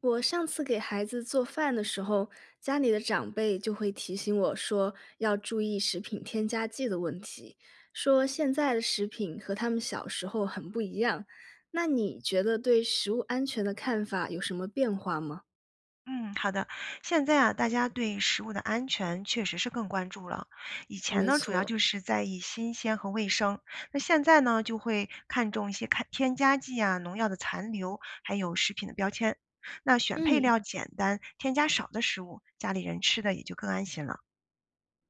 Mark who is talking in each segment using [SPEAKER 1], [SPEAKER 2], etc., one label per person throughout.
[SPEAKER 1] 我上次给孩子做饭的时候，家里的长辈就会提醒我说要注意食品添加剂的问题，说现在的食品和他们小时候很不一样。那你觉得对食物安全的看法有什么变化吗？
[SPEAKER 2] 嗯，好的。现在啊，大家对食物的安全确实是更关注了。以前
[SPEAKER 1] 没
[SPEAKER 2] 呢，主要
[SPEAKER 1] 错。
[SPEAKER 2] 就是在意新鲜和卫生，那现在呢，就会看重一些看添加剂啊、农药的残留，还有食品的标签。那选配
[SPEAKER 1] 嗯
[SPEAKER 2] 料简单、添加少的食物，家里人吃的也就更安心了。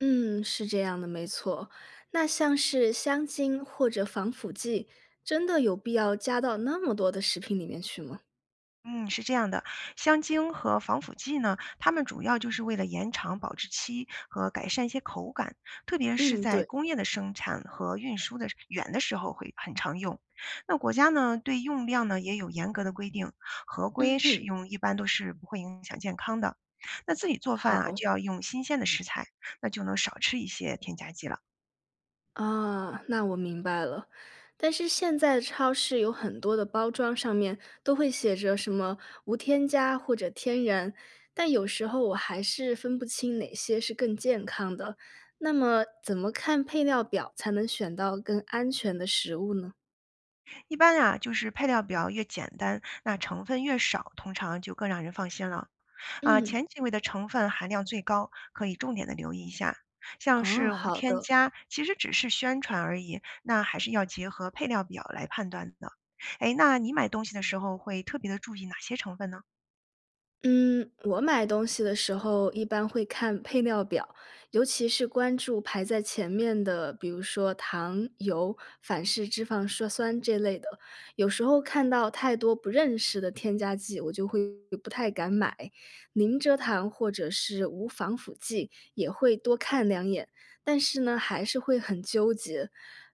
[SPEAKER 1] 嗯，是这样的，没错。那像是香精或者防腐剂，真的有必要加到那么多的食品里面去吗？
[SPEAKER 2] 嗯，是这样的，香精和防腐剂呢，它们主要就是为了延长保质期和改善一些口感，特别是
[SPEAKER 1] 嗯，
[SPEAKER 2] 在
[SPEAKER 1] 对。
[SPEAKER 2] 工业的生产和运输的远的时候会很常用。那国家呢，对用量呢也有严格的规定，合规
[SPEAKER 1] 嗯
[SPEAKER 2] 使
[SPEAKER 1] 嗯，
[SPEAKER 2] 用一般都是不会影响健康的。那自己做饭啊，
[SPEAKER 1] 好。
[SPEAKER 2] 就要用新鲜的食材，那就能少吃一些添加剂了。
[SPEAKER 1] 啊，那我明白了。但是现在的超市有很多的包装上面都会写着什么无添加或者天然，但有时候我还是分不清哪些是更健康的。那么怎么看配料表才能选到更安全的食物呢？
[SPEAKER 2] 一般啊，就是配料表越简单，那成分越少，通常就更让人放心了。啊，
[SPEAKER 1] 嗯。
[SPEAKER 2] 前几位的成分含量最高，可以重点的留意一下。像
[SPEAKER 1] 哦，
[SPEAKER 2] 是无
[SPEAKER 1] 好
[SPEAKER 2] 添
[SPEAKER 1] 的。
[SPEAKER 2] 加，其实只是宣传而已，那还是要结合配料表来判断的。哎，那你买东西的时候会特别的注意哪些成分呢？
[SPEAKER 1] 嗯，我买东西的时候一般会看配料表，尤其是关注排在前面的，比如说糖、油、反式脂肪酸酸这类的。有时候看到太多不认识的添加剂，我就会不太敢买。零蔗糖或者是无防腐剂也会多看两眼，但是呢，还是会很纠结。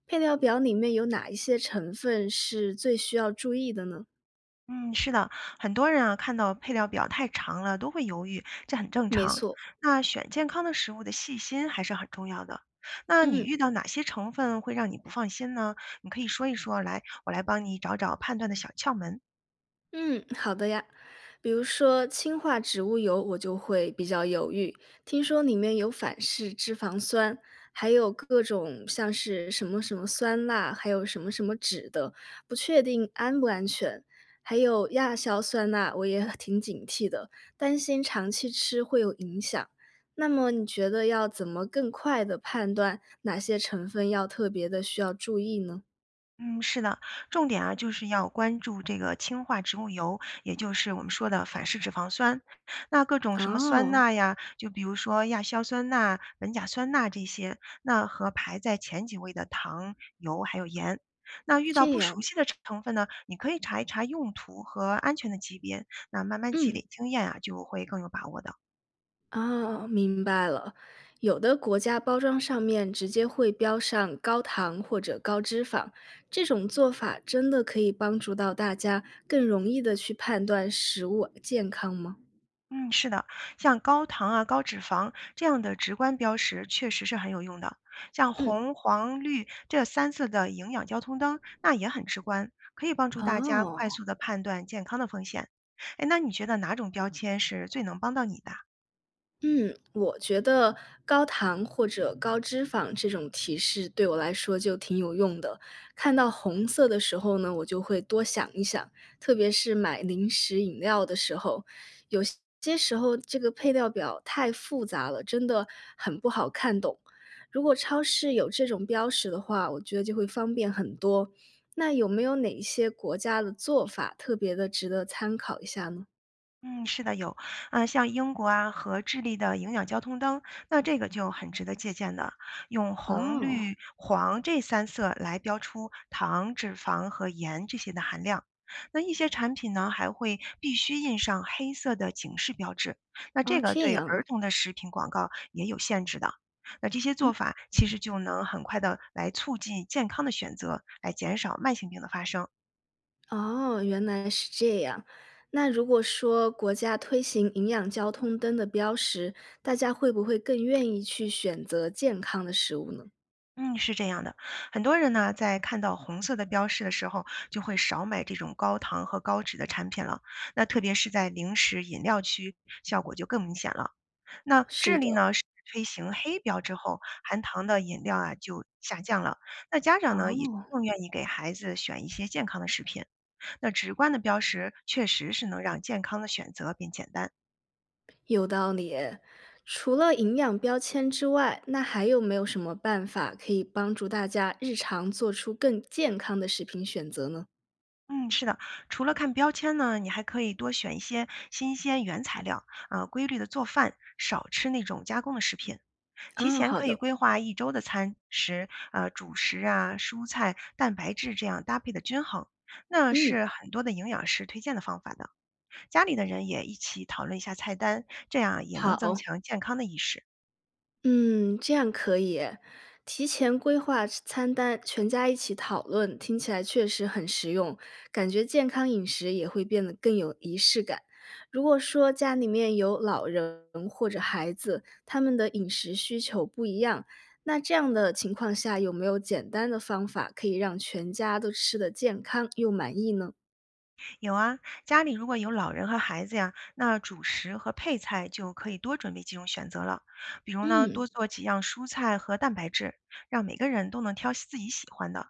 [SPEAKER 1] 配料表里面有哪一些成分是最需要注意的呢？
[SPEAKER 2] 嗯，是的，很多人啊看到配料表太长了都会犹豫，这很正
[SPEAKER 1] 没
[SPEAKER 2] 常。
[SPEAKER 1] 错。
[SPEAKER 2] 那选健康的食物的细心还是很重要的。那你遇
[SPEAKER 1] 嗯。
[SPEAKER 2] 到哪些成分会让你不放心呢？你可以说一说来，我来帮你找找判断的小窍门。
[SPEAKER 1] 嗯，好的呀。比如说氢化植物油，我就会比较犹豫。听说里面有反式脂肪酸，还有各种像是什么什么酸钠，还有什么什么酯的，不确定安不安全。还有亚硝酸钠，我也挺警惕的，担心长期吃会有影响。那么你觉得要怎么更快的判断哪些成分要特别的需要注意呢？
[SPEAKER 2] 嗯，是的，重点啊，就是要关注这个氢化植物油，也就是我们说的反式脂肪酸。那各种什么酸
[SPEAKER 1] 哦，
[SPEAKER 2] 钠呀，就比如说亚硝酸钠、苯甲酸钠这些，那和排在前几位的糖、油还有盐。那遇到
[SPEAKER 1] 这
[SPEAKER 2] 不熟
[SPEAKER 1] 样。
[SPEAKER 2] 悉的成分呢，你可以查一查用途和安全的级别，那慢慢积
[SPEAKER 1] 嗯。
[SPEAKER 2] 累经验啊，就会更有把握的。
[SPEAKER 1] 哦，明白了。有的国家包装上面直接会标上高糖或者高脂肪，这种做法真的可以帮助到大家更容易的去判断食物健康吗？
[SPEAKER 2] 嗯，是的，像高糖啊、高脂肪这样的直观标识，确实是很有用的。像
[SPEAKER 1] 嗯。
[SPEAKER 2] 红、黄、绿这三色的营养交通灯，那也很直观，可以帮助大家快
[SPEAKER 1] 哦。
[SPEAKER 2] 速的判断健康的风险。哎，那你觉得哪种标签是最能帮到你的啊？
[SPEAKER 1] 嗯，我觉得高糖或者高脂肪这种提示对我来说就挺有用的。看到红色的时候呢，我就会多想一想，特别是买零食饮料的时候，有些时候这个配料表太复杂了，真的很不好看懂。如果超市有这种标识的话，我觉得就会方便很多。那有没有哪一些国家的做法特别的值得参考一下呢？
[SPEAKER 2] 嗯，是的，有，像英国啊和智利的营养交通灯，那这个就很值得借鉴的。用红、
[SPEAKER 1] 哦。
[SPEAKER 2] 绿、黄这三色来标出糖、脂肪和盐这些的含量。那一些产品呢，还会必须印上黑色的警示标志。那
[SPEAKER 1] 哦，
[SPEAKER 2] 这个
[SPEAKER 1] 这
[SPEAKER 2] 对
[SPEAKER 1] 样
[SPEAKER 2] 儿
[SPEAKER 1] 啊。
[SPEAKER 2] 童的食品广告也有限制的。那这些做法其实就能很快的来促进健康的选择，来减少慢性病的发生。
[SPEAKER 1] 哦，原来是这样。那如果说国家推行营养交通灯的标识，大家会不会更愿意去选择健康的食物呢？
[SPEAKER 2] 嗯，是这样的，很多人呢在看到红色的标识的时候，就会少买这种高糖和高脂的产品了。那特别是在零食、饮料区，效果就更明显了。那
[SPEAKER 1] 是
[SPEAKER 2] 智利
[SPEAKER 1] 的。
[SPEAKER 2] 呢是推行黑标之后，含糖的饮料啊就下降了。那家长呢也
[SPEAKER 1] 哦，
[SPEAKER 2] 更愿意给孩子选一些健康的食品。那直观的标识确实是能让健康的选择变简单。
[SPEAKER 1] 有道理诶。除了营养标签之外，那还有没有什么办法可以帮助大家日常做出更健康的食品选择呢？
[SPEAKER 2] 嗯，是的，除了看标签呢，你还可以多选一些新鲜原材料，规律的做饭，少吃那种加工的食品。提
[SPEAKER 1] 啊，
[SPEAKER 2] 前
[SPEAKER 1] 好
[SPEAKER 2] 可以
[SPEAKER 1] 的。
[SPEAKER 2] 规划一周的餐食，主食啊、蔬菜、蛋白质这样搭配的均衡，那
[SPEAKER 1] 嗯，
[SPEAKER 2] 是很多的营养师推荐的方法的。家里的人也一起讨论一下菜单，这样也能增
[SPEAKER 1] 好。
[SPEAKER 2] 强健康的意识。
[SPEAKER 1] 嗯，这样可以耶。提前规划吃餐单，全家一起讨论，听起来确实很实用，感觉健康饮食也会变得更有仪式感。如果说家里面有老人或者孩子，他们的饮食需求不一样，那这样的情况下，有没有简单的方法可以让全家都吃得健康又满意呢？
[SPEAKER 2] 有啊，家里如果有老人和孩子呀，那主食和配菜就可以多准备几种选择了。比如呢，多
[SPEAKER 1] 嗯，
[SPEAKER 2] 做几样蔬菜和蛋白质，让每个人都能挑自己喜欢的。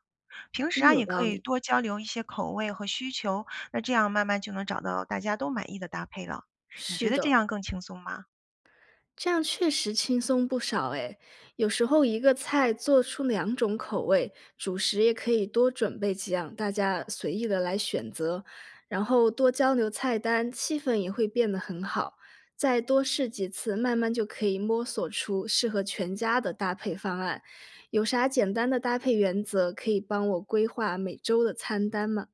[SPEAKER 2] 平时
[SPEAKER 1] 真
[SPEAKER 2] 啊，
[SPEAKER 1] 有
[SPEAKER 2] 也可
[SPEAKER 1] 道
[SPEAKER 2] 以
[SPEAKER 1] 理。
[SPEAKER 2] 多交流一些口味和需求，那这样慢慢就能找到大家都满意的搭配了。你觉
[SPEAKER 1] 是
[SPEAKER 2] 得这
[SPEAKER 1] 的。
[SPEAKER 2] 样更轻松吗？
[SPEAKER 1] 这样确实轻松不少诶，有时候一个菜做出两种口味，主食也可以多准备几样，大家随意的来选择，然后多交流菜单，气氛也会变得很好。再多试几次，慢慢就可以摸索出适合全家的搭配方案。有啥简单的搭配原则可以帮我规划每周的餐单吗？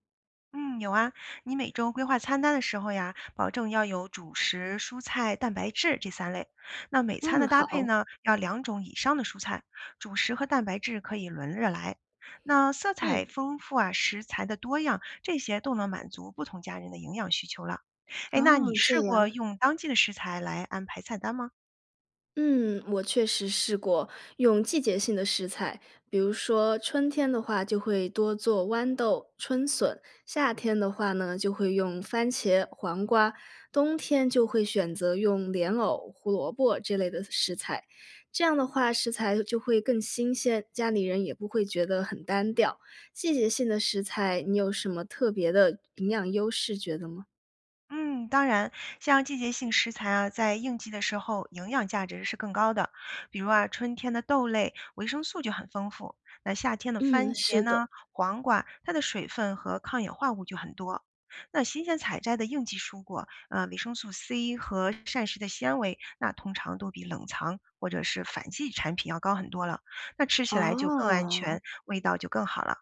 [SPEAKER 2] 嗯，有啊，你每周规划餐单的时候呀，保证要有主食、蔬菜、蛋白质这三类。那每餐的
[SPEAKER 1] 嗯，
[SPEAKER 2] 搭配
[SPEAKER 1] 好。
[SPEAKER 2] 呢，要两种以上的蔬菜，主食和蛋白质可以轮着来。那色彩
[SPEAKER 1] 嗯。
[SPEAKER 2] 丰富啊，食材的多样，这些都能满足不同家人的营养需求了。哎，那你
[SPEAKER 1] 哦，这
[SPEAKER 2] 试过
[SPEAKER 1] 样。
[SPEAKER 2] 用当季的食材来安排菜单吗？
[SPEAKER 1] 嗯，我确实试过用季节性的食材，比如说春天的话就会多做豌豆、春笋，夏天的话呢就会用番茄、黄瓜，冬天就会选择用莲藕、胡萝卜这类的食材。这样的话，食材就会更新鲜，家里人也不会觉得很单调。季节性的食材，你有什么特别的营养优势觉得吗？
[SPEAKER 2] 嗯，当然，像季节性食材啊，在应季的时候，营养价值是更高的。比如啊，春天的豆类维生素就很丰富，那夏天的番
[SPEAKER 1] 嗯，
[SPEAKER 2] 茄
[SPEAKER 1] 是
[SPEAKER 2] 呢、
[SPEAKER 1] 的。
[SPEAKER 2] 黄瓜，它的水分和抗氧化物就很多。那新鲜采摘的应季蔬果，维生素 C 和膳食的纤维，那通常都比冷藏或者是反季产品要高很多了。那吃起来就更安
[SPEAKER 1] 哦。
[SPEAKER 2] 全，味道就更好了。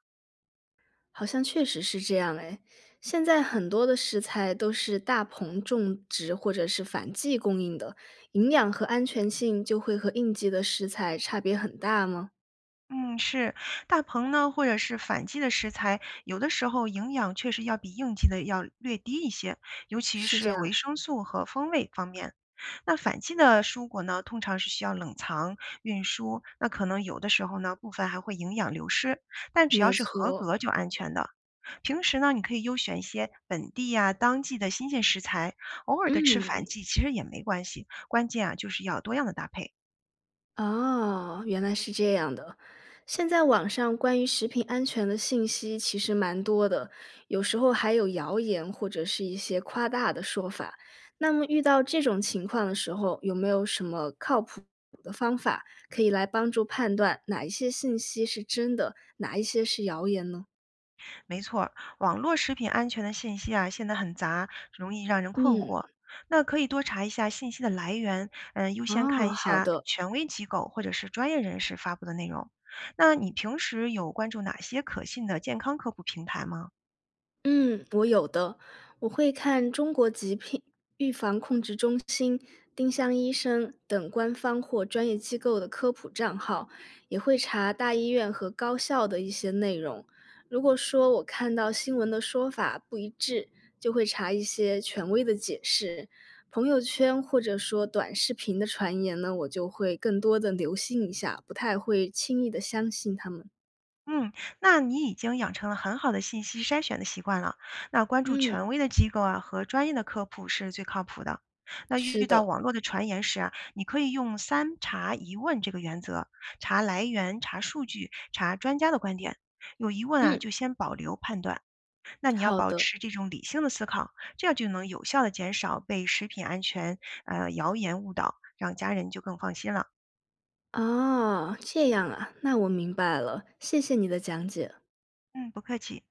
[SPEAKER 1] 好像确实是这样哎，现在很多的食材都是大棚种植或者是反季供应的，营养和安全性就会和应季的食材差别很大吗？
[SPEAKER 2] 嗯，是，大棚呢，或者是反季的食材，有的时候营养确实要比应季的要略低一些，尤其
[SPEAKER 1] 是这
[SPEAKER 2] 是维
[SPEAKER 1] 样。
[SPEAKER 2] 生素和风味方面。那反季的蔬果呢，通常是需要冷藏、运输，那可能有的时候呢，部分还会营养流失，但只要
[SPEAKER 1] 没
[SPEAKER 2] 是合
[SPEAKER 1] 错。
[SPEAKER 2] 格就安全的。平时呢，你可以优选一些本地呀、当季的新鲜食材，偶尔的吃反
[SPEAKER 1] 嗯。
[SPEAKER 2] 季其实也没关系，关键啊就是要多样的搭配。
[SPEAKER 1] 哦，原来是这样的。现在网上关于食品安全的信息其实蛮多的，有时候还有谣言或者是一些夸大的说法。那么遇到这种情况的时候，有没有什么靠谱的方法可以来帮助判断哪一些信息是真的，哪一些是谣言呢？
[SPEAKER 2] 没错。网络食品安全的信息啊，现在很杂，容易让人困
[SPEAKER 1] 嗯。
[SPEAKER 2] 惑。那可以多查一下信息的来源，嗯，优先看
[SPEAKER 1] 哦，
[SPEAKER 2] 一
[SPEAKER 1] 好
[SPEAKER 2] 下
[SPEAKER 1] 的。
[SPEAKER 2] 权威机构或者是专业人士发布的内容。那你平时有关注哪些可信的健康科普平台吗？
[SPEAKER 1] 嗯，我有的，我会看中国疾病预防控制中心、丁香医生等官方或专业机构的科普账号，也会查大医院和高校的一些内容。如果说我看到新闻的说法不一致，就会查一些权威的解释。朋友圈或者说短视频的传言呢，我就会更多的留心一下，不太会轻易的相信他们。
[SPEAKER 2] 嗯，那你已经养成了很好的信息筛选的习惯了。那关注
[SPEAKER 1] 嗯，
[SPEAKER 2] 权威的机构啊和专业的科普是最靠谱的。那
[SPEAKER 1] 是
[SPEAKER 2] 遇到
[SPEAKER 1] 的。
[SPEAKER 2] 网络的传言时啊，你可以用三查一问这个原则，查来源、查数据、查专家的观点。有疑问啊，
[SPEAKER 1] 嗯，
[SPEAKER 2] 就先保留判断。那你要
[SPEAKER 1] 好
[SPEAKER 2] 保
[SPEAKER 1] 的。
[SPEAKER 2] 持这种理性的思考，这样就能有效的减少被食品安全谣言误导，让家人就更放心了。
[SPEAKER 1] 哦，这样啊，那我明白了，谢谢你的讲解。
[SPEAKER 2] 嗯，不客气。